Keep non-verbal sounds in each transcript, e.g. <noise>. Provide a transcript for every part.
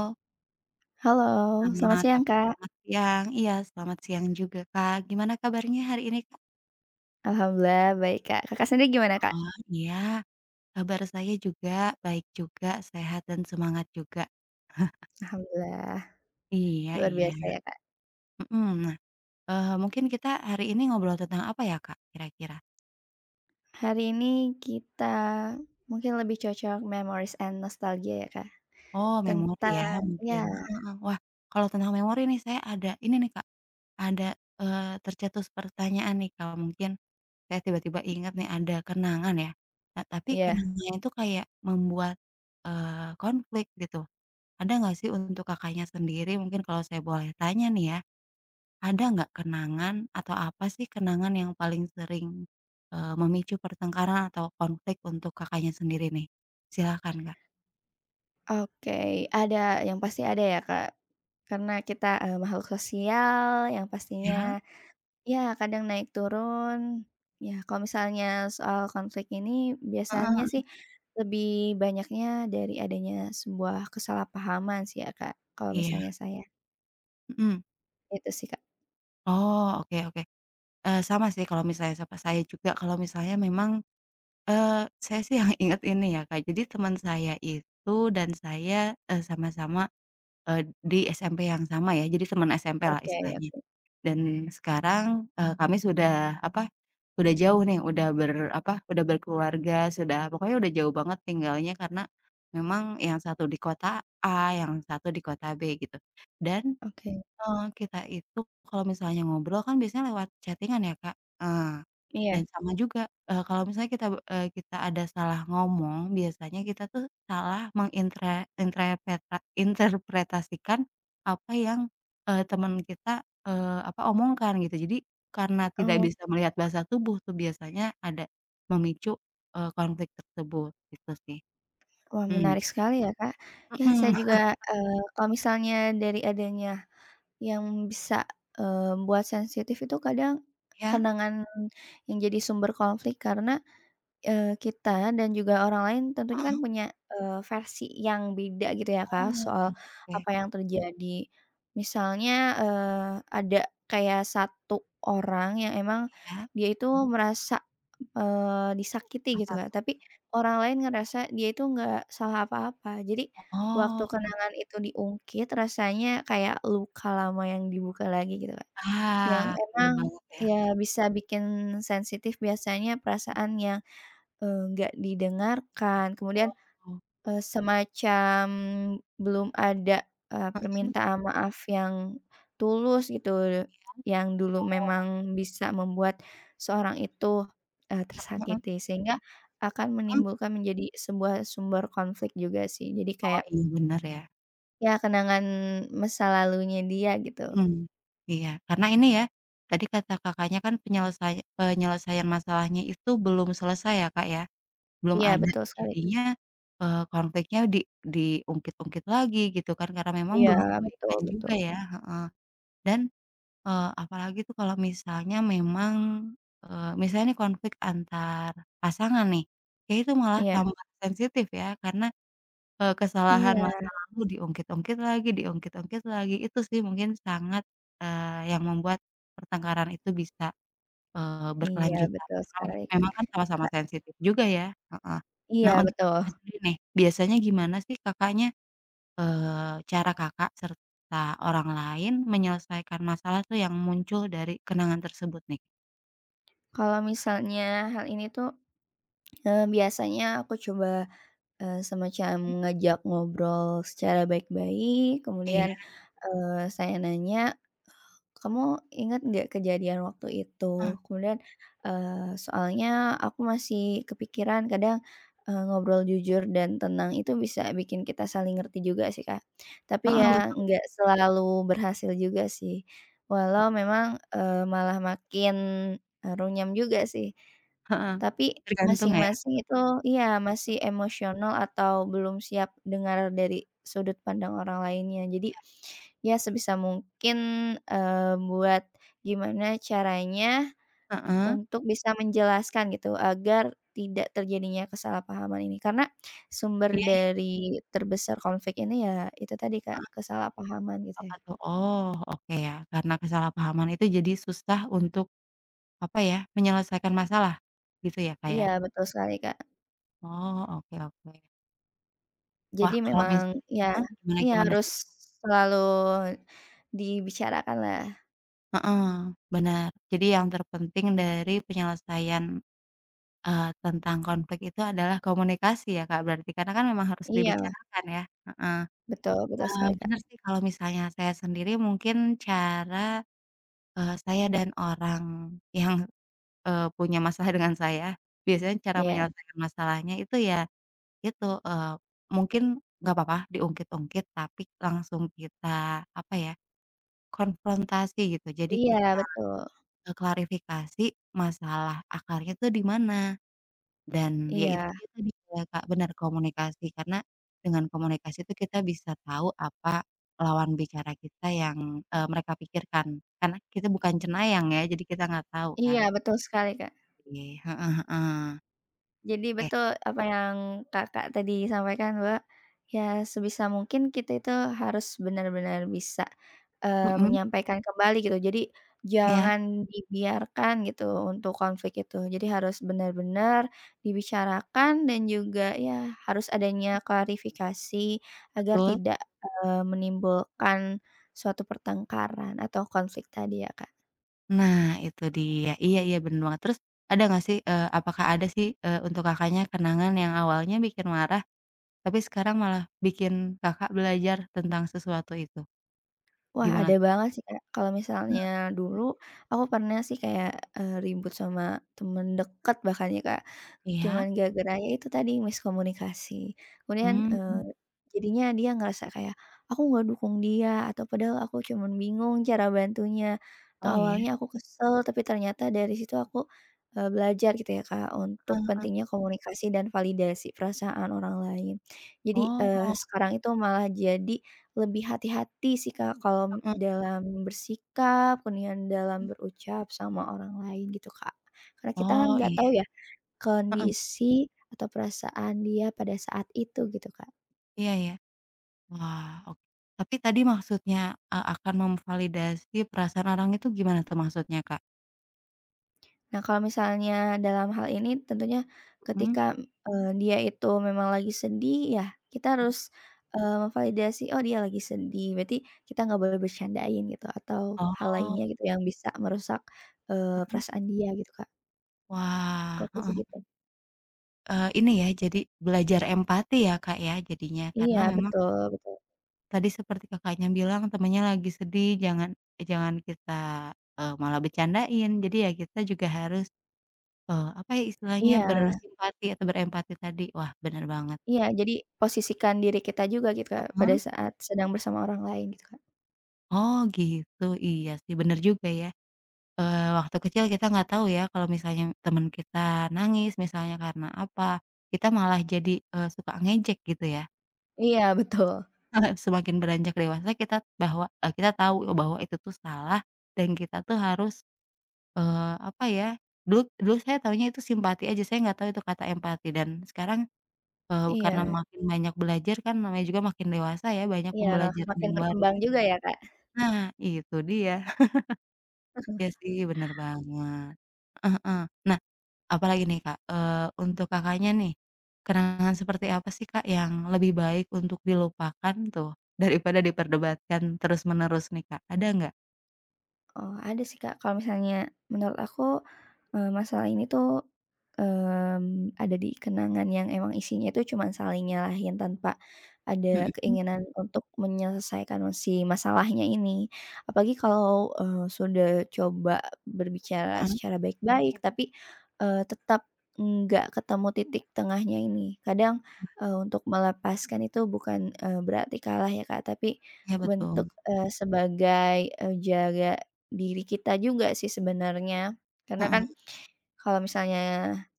Oh, Halo, selamat selamat siang, apa, Kak. selamat siang. Iya, selamat siang juga, Kak. Gimana kabarnya hari ini, Kak? Alhamdulillah baik, Kak. Kakak sendiri gimana, Kak? Oh, iya, kabar saya juga baik juga, sehat dan semangat juga. Alhamdulillah, Iya luar iya, biasa ya, Kak. mhm. Nah, mungkin kita hari ini ngobrol tentang apa ya, Kak, kira-kira? Hari ini kita mungkin lebih cocok memories and nostalgia ya, Kak, Oh, memori ya tentang ya. mungkin, heeh. Wah, kalau tentang memori nih saya ada ini nih, Kak, ada, tercetus pertanyaan nih, Kak, mungkin. Saya tiba-tiba ingat nih ada kenangan ya, nah tapi Iya. kenangannya itu kayak membuat, konflik gitu. Ada nggak sih untuk Kakaknya sendiri mungkin kalau saya boleh tanya nih ya, ada nggak kenangan atau apa sih kenangan yang paling sering, memicu pertengkaran atau konflik untuk Kakaknya sendiri nih? Silakan Kak. Oke, ada yang pasti ada ya, Kak, karena kita, makhluk sosial yang Iya? pastinya ya, kadang naik turun. Ya, kalau misalnya soal konflik ini biasanya Heeh, sih lebih banyaknya dari adanya sebuah kesalahpahaman sih ya, Kak, kalau iya, misalnya saya. mhm. Itu sih, Kak. Oh, oke oke. Sama sih kalau misalnya sama saya juga kalau misalnya memang, saya sih yang inget ini ya, Kak, jadi teman saya itu dan saya, sama-sama, di SMP yang sama ya, jadi teman SMP-lah Oke, istilahnya. Dan sekarang, kami sudah apa, sudah jauh nih, udah ber apa, udah berkeluarga, sudah pokoknya udah jauh banget tinggalnya karena memang yang satu di kota A, yang satu di kota B gitu. Dan oke. Kita itu kalau misalnya ngobrol kan biasanya lewat chatting-an ya, Kak, eee, Iya. dan sama juga, kalau misalnya kita, kita ada salah ngomong biasanya kita tuh salah mengintre intrepeta interpretasikan apa yang, teman kita, apa, omongkan gitu. Jadi karena tidak Oh, bisa melihat bahasa tubuh tuh biasanya ada memicu, konflik tersebut gitu sih. wah, Mmm, menarik sekali ya, Kak. Ya saya mhm, juga, kalau misalnya dari adanya yang bisa, buat sensitif itu kadang ya? kenangan yang jadi sumber konflik karena kita dan juga orang lain tentunya kan Heeh, punya, versi yang beda gitu ya, oh, Kak, soal oke, apa yang terjadi. Misalnya, eee, ada kayak satu orang yang emang iya, dia itu merasa, disakiti gitu, apa Kak, tuh? tapi orang lain ngerasa dia itu nggak salah apa-apa. Jadi waktu Oh. kenangan itu diungkit rasanya kayak luka lama yang dibuka lagi gitu, Kak, yang Ah, bener emang banget ya. ya bisa bikin sensitif biasanya perasaan yang nggak didengarkan, kemudian, Oh. Semacam belum ada, Mhm. permintaan maaf yang tulus gitu, yang dulu Oh. memang bisa membuat seorang itu, Heeh heeh. tersakiti, sehingga akan menimbulkan menjadi sebuah sumber konflik juga sih. Jadi Oh, kayak, iya bener ya. ya kenangan masa lalunya dia gitu. Mhm. Iya, karena ini ya, tadi kata Kakaknya kan penyelesaian masalahnya itu belum selesai ya, Kak, ya, belum Iya ada. betul sekali, Jadinya, konfliknya diungkit-ungkit lagi gitu kan, karena memang iya belum betul baikan juga betul, ya, heeh. Dan, apalagi tuh kalau misalnya memang, misalnya nih konflik antar pasangan nih, kayaknya itu malah iya tambah sensitif ya, karena kesalahan Mhm. iya masa lalu diungkit-ungkit lagi, itu sih mungkin sangat, yang membuat pertengkaran itu bisa, iya berkelanjutan betul karena sekali Kak, memang kan sama-sama Kak sensitif juga ya, heeh. iya Nah untuk betul. Kakaknya sendiri nih, biasanya gimana sih Kakaknya, cara Kakak serta orang lain menyelesaikan masalah tuh yang muncul dari kenangan tersebut nih? Kalau misalnya hal ini tuh, biasanya aku coba, semacam Mhm, ngajak ngobrol secara baik-baik, iya, kemudian, saya nanya, "Kamu ingat nggak kejadian waktu heeh, itu?" Kemudian, soalnya aku masih kepikiran kadang, ngobrol jujur dan tenang itu bisa bikin kita saling ngerti juga sih, Kak. Tapi heeh, ya betul, nggak selalu berhasil juga sih, walau memang, malah makin, runyam juga sih. heeh, Tapi tergantung ya, masing-masing itu heeh, iya, masih emosional atau belum siap dengar dari sudut pandang orang lainnya. Jadi, iya, ya sebisa mungkin, buat gimana caranya heeh, untuk bisa menjelaskan gitu, agar tidak terjadinya kesalahpahaman ini. Karena sumber iya. Iya. dari terbesar konflik ini ya itu tadi Kak, kesalahpahaman gitu Apa ya. tuh? Oh, oke ya, karena kesalahpahaman itu jadi susah untuk, apa ya, menyelesaikan masalah, gitu ya, Kak, ya? Iya, betul sekali Kak. Oh, oke oke. Wah, Jadi kalau memang misalnya ya heeh, gimana ya gimana harus sih? selalu dibicarakan lah. Heeh, benar. Jadi yang terpenting dari penyelesaian, tentang konflik itu adalah komunikasi ya, Kak, berarti? Karena kan memang harus Iya, dibicarakan ya? Heeh. betul betul sekali, Kak. Bener sih kalau misalnya saya sendiri mungkin cara, saya dan orang yang punya masalah <laughs> dengan saya, biasanya cara Mhm. Iya menyelesaikan masalahnya itu ya itu, mungkin nggak apa-apa diungkit-ungkit, tapi langsung kita, apa ya, konfrontasi gitu. Jadi iya kita, betul. Klarifikasi masalah akarnya tuh di mana, dan ya itu Iya dia tadi ya, Kak, benar komunikasi. Karena dengan komunikasi itu kita bisa tahu apa lawan bicara kita yang, mereka pikirkan. Karena kita bukan cenayang ya, jadi kita nggak tahu kan. iya betul sekali, Kak. Iya, heeh heeh. Jadi Oke. betul apa yang Kakak tadi sampaikan bahwa, ya sebisa mungkin kita itu harus benar-benar bisa, Mhm, menyampaikan kembali gitu. Jadi iya, jangan dibiarkan gitu untuk konflik itu. Jadi harus benar-benar dibicarakan dan juga ya harus adanya klarifikasi agar betul. tidak, menimbulkan suatu pertengkaran atau konflik tadi ya, Kak. Nah, itu dia. Iya iya, bener banget. Terus ada nggak sih, apakah ada sih, untuk Kakaknya kenangan yang awalnya bikin marah, tapi sekarang malah bikin Kakak belajar tentang sesuatu itu? Wah, Gimana ada tuh, banget sih, Kak. Kalau misalnya Kak? dulu, aku pernah sih kayak, ribut sama temen deket bahkan ya, Kak. Cuman Iya? gara-gara ya itu tadi miskomunikasi. Kemudian, Mmm, jadinya dia ngerasa kayak, aku nggak dukung dia atau padahal aku cuman bingung cara bantunya, atau oh iya? awalnya aku kesel tapi ternyata dari situ aku, belajar gitu ya Kak untuk Heeh. pentingnya komunikasi dan validasi perasaan orang lain. Jadi, Oh, sekarang itu malah jadi lebih hati-hati sih Kak kalau heeh. dalam bersikap, kemudian dalam berucap sama orang lain gitu Kak. Karena kita kan Oh, nggak iya, tahu ya heeh, kondisi atau perasaan dia pada saat itu gitu, Kak. iya iya. Wah, ok tapi tadi maksudnya, akan memvalidasi perasaan orang itu gimana tuh maksudnya, Kak? Nah, kalau misalnya dalam hal ini tentunya Mhm? ketika, dia itu memang lagi sedih ya kita Mmm, harus, memvalidasi, "Oh dia lagi sedih," berarti kita nggak boleh bercandain gitu atau hal oh, lainnya gitu yang bisa merusak, mhm. perasaan dia gitu, Kak. Wah, Kalau aku sih heeh. gitu. Ini ya, jadi belajar empati ya, Kak, ya, jadinya. Karena Iya memang betul betul. tadi seperti Kakaknya bilang temannya lagi sedih, jangan eh, jangan kita, malah bercandain. Jadi ya kita juga harus, apa ya istilahnya, Iya bersimpati atau berempati tadi. Wah, bener banget. iya jadi posisikan diri kita juga gitu, Kak, pada Heeh. saat sedang bersama orang lain gitu, Kak. Oh, gitu. Iya sih, bener juga ya. Waktu kecil kita nggak tahu ya kalau misalnya teman kita nangis misalnya karena apa, kita malah jadi, suka ngejek gitu ya. Iya Terus betul. heeh, semakin beranjak dewasa kita bahwa kita tahu bahwa itu tuh salah dan kita tuh harus, apa ya, dulu dulu saya taunya itu simpati aja, saya nggak tahu itu kata empati dan sekarang, karena Iya. makin banyak belajar kan namanya juga makin dewasa ya, banyak Iya, pembelajaran makin yang baru. berkembang juga ya, Kak. Nah, itu dia. <laughs> Iya sih bener banget. Heeh heeh. Nah apalagi nih Kak, untuk Kakaknya nih, kenangan seperti apa sih Kak yang lebih baik untuk dilupakan tuh, daripada diperdebatkan terus-menerus nih Kak, ada nggak? Oh, ada sih, Kak. Kalau misalnya menurut aku, masalah ini tuh, ada di kenangan yang emang isinya itu cuma saling nyalahin tanpa ada Mhm, keinginan untuk menyelesaikan si masalahnya ini. Apalagi kalau, sudah coba berbicara heeh. secara baik-baik, tapi, tetap nggak ketemu titik tengahnya ini. Kadang, untuk melepaskan itu bukan, berarti kalah ya, Kak, tapi Iya betul, bentuk, sebagai, jaga diri kita juga sih sebenarnya, karena kan heeh, kalau misalnya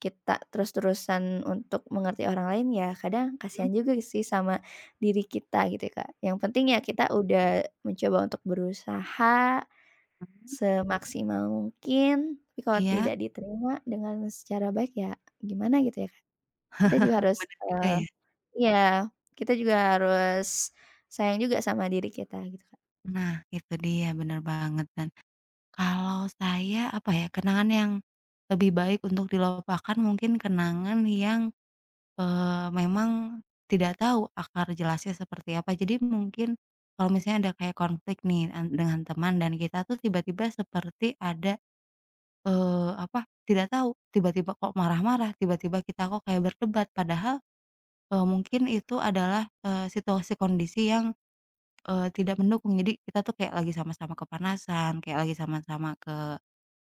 kita terus-terusan untuk mengerti orang lain ya kadang kasihan mhm, juga sih sama diri kita gitu ya, Kak. Yang penting ya kita udah mencoba untuk berusaha Mhm. semaksimal mungkin, tapi kalau iya, tidak diterima dengan secara baik ya gimana gitu ya, Kak. Kita juga <laughs> harus, bener juga ya. iya, kita juga harus sayang juga sama diri kita gitu, Kak. Nah itu dia, bener banget dan kalau saya apa ya, kenangan yang lebih baik untuk dilupakan mungkin kenangan yang memang tidak tahu akar jelasnya seperti apa. Jadi mungkin kalau misalnya ada kayak konflik nih an dengan teman dan kita tuh tiba-tiba seperti ada, apa, tidak tahu, tiba-tiba kok marah-marah, tiba-tiba kita kok kayak berdebat, padahal, mungkin itu adalah, situasi kondisi yang, tidak mendukung. Jadi kita tuh kayak lagi sama-sama kepanasan, kayak lagi sama-sama ke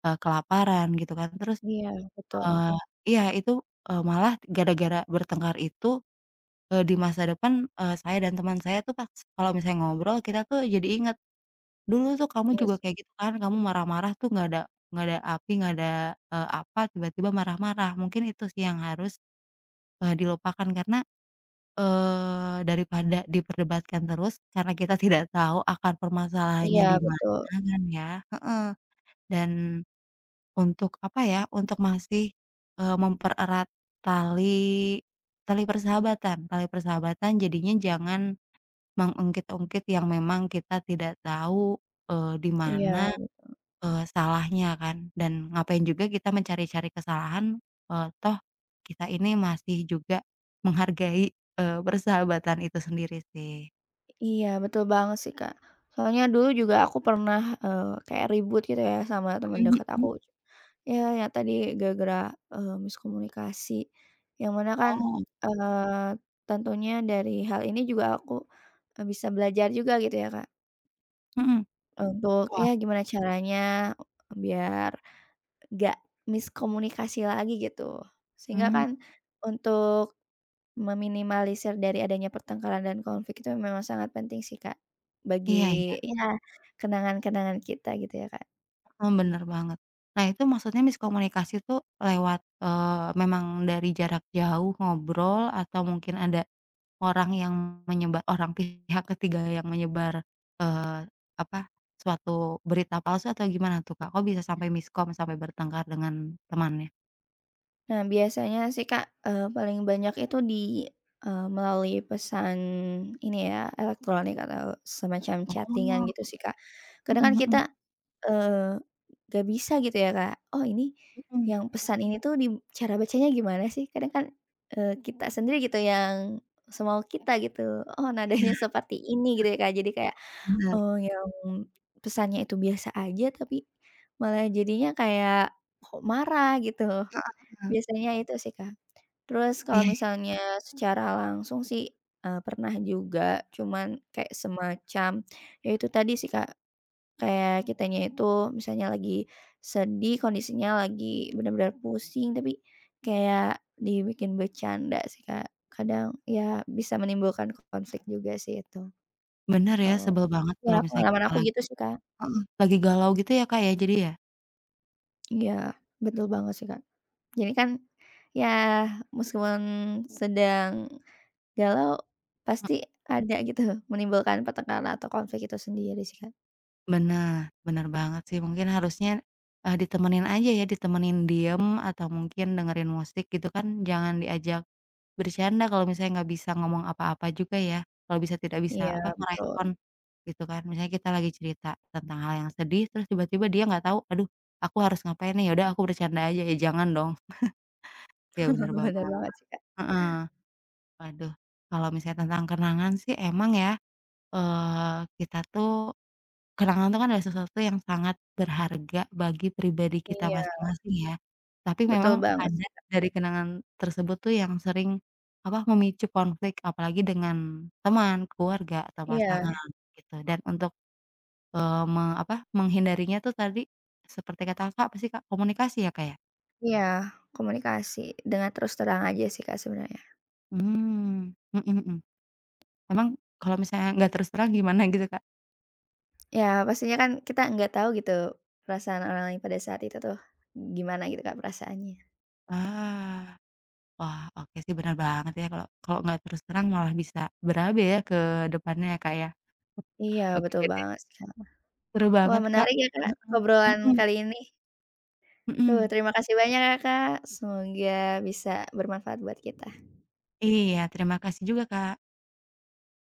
kelaparan gitu kan. Terus, Iya betul, eee iya itu, malah gara-gara bertengkar itu di masa depan, saya dan teman saya tuh pas kalau misalnya ngobrol kita tuh jadi inget, "Dulu tuh kamu iya juga sih, kayak gitu kan, kamu marah-marah tuh nggak ada api, nggak ada, apa, tiba-tiba marah-marah." Mungkin itu sih yang harus, dilupakan karena, daripada diperdebatkan terus karena kita <laughs> tidak tahu akar permasalahannya iya di mana betul, kan ya heeh, dan untuk apa ya, untuk masih, mempererat tali tali persahabatan jadinya jangan mengungkit-ungkit yang memang kita tidak tahu, di iya. mana, salahnya kan, dan ngapain juga kita mencari-cari kesalahan, toh kita ini masih juga menghargai, persahabatan itu sendiri sih. Iya, betul banget sih, Kak. Soalnya dulu juga aku pernah, kayak ribut gitu ya sama teman Mhm dekat mhm. aku. Ya, ya tadi gara-gara, miskomunikasi, yang mana kan, Oh, eee, tentunya dari hal ini juga aku, bisa belajar juga gitu ya, Kak, mhm. untuk Wah, ya gimana caranya biar nggak miskomunikasi lagi gitu. Sehingga mmm, kan untuk meminimalisir dari adanya pertengkaran dan konflik itu memang sangat penting sih, Kak, iya iya, bagi ya kenangan-kenangan kita gitu ya, Kak. mmm, bener banget. Nah itu maksudnya miskomunikasi tuh lewat, memang dari jarak jauh ngobrol atau mungkin ada orang yang menyebar orang pihak ketiga yang menyebar, eee, apa, suatu berita palsu atau gimana tuh, Kak? Kok bisa sampai miskom, sampai bertengkar dengan temannya? Nah, biasanya sih, Kak, paling banyak itu di, melalui pesan ini ya, elektronik atau semacam Oh, chatting-an gitu mhm sih, Kak. Kadang kan kita mhm Eee, nggak bisa gitu ya, Kak. Oh ini mhm. yang pesan ini tuh di cara bacanya gimana sih? Kadang kan, kita sendiri gitu yang semau kita gitu. Oh nadanya Iya, seperti ini gitu ya, Kak. Jadi kayak, bener, oh yang pesannya itu biasa aja tapi malah jadinya kayak kok marah gitu. heeh. Biasanya itu sih, Kak. Terus kalau Iya iya, misalnya secara langsung sih, pernah juga cuman kayak semacam ya itu tadi sih, Kak. Kayak kitanya itu misalnya lagi sedih, kondisinya lagi benar-benar pusing, tapi kayak dibikin bercanda sih, Kak. Kadang ya bisa menimbulkan konflik juga sih itu, bener ya, kalau sebel banget ya kalau misalnya pengalaman kita aku lagi gitu sih, Kak. heeh, lagi galau gitu ya, Kak, ya, jadi ya? Iya, betul banget sih, Kak. Jadi kan ya meskipun sedang galau, He pasti ada gitu menimbulkan pertengkaran atau konflik itu sendiri sih, Kak. bener, bener banget sih, mungkin harusnya, ditemenin aja ya, ditemenin diem atau mungkin dengerin musik gitu kan, jangan diajak bercanda kalau misalnya nggak bisa ngomong apa-apa juga ya, kalau bisa tidak bisa Iya apa, betul, merespon gitu kan. Misalnya kita lagi cerita tentang hal yang sedih, terus tiba-tiba dia nggak tahu, "Aduh, aku harus ngapain nih? Yaudah aku bercanda aja." Ya jangan dong. Ya bener <laughs> benar banget. banget sih, Kak. Heeh. Waduh, kalau misalnya tentang kenangan sih emang ya, kita tuh kenangan itu kan adalah sesuatu yang sangat berharga bagi pribadi kita Iya, masing-masing ya. Tapi betul memang banget ada sih, Kak. dari kenangan tersebut tuh yang sering, apa, memicu konflik apalagi dengan teman, keluarga, atau Iya. pasangan gitu. Dan untuk, me apa, menghindarinya tuh tadi seperti kata Kakak, apa sih Kak, komunikasi ya Kak ya? Iya, komunikasi dengan terus terang aja sih, Kak, sebenarnya. Mmm, mhm mhm. Emang kalau misalnya nggak terus terang gimana gitu Kak? Ya pastinya kan kita nggak tahu gitu perasaan orang lain pada saat itu tuh gimana gitu, Kak, perasaannya. Ah. Wah, oke sih benar banget ya kalau kalau nggak terus terang malah bisa berabe ya ke depannya ya, Kak, ya. Iya betul Oke deh, banget sih, Kak. seru Wah banget, Kak. menarik ya, Kak, He obrolan mhm kali ini. Tuh mhm. terima kasih banyak ya, Kak, semoga bisa bermanfaat buat kita. Iya, terima kasih juga, Kak.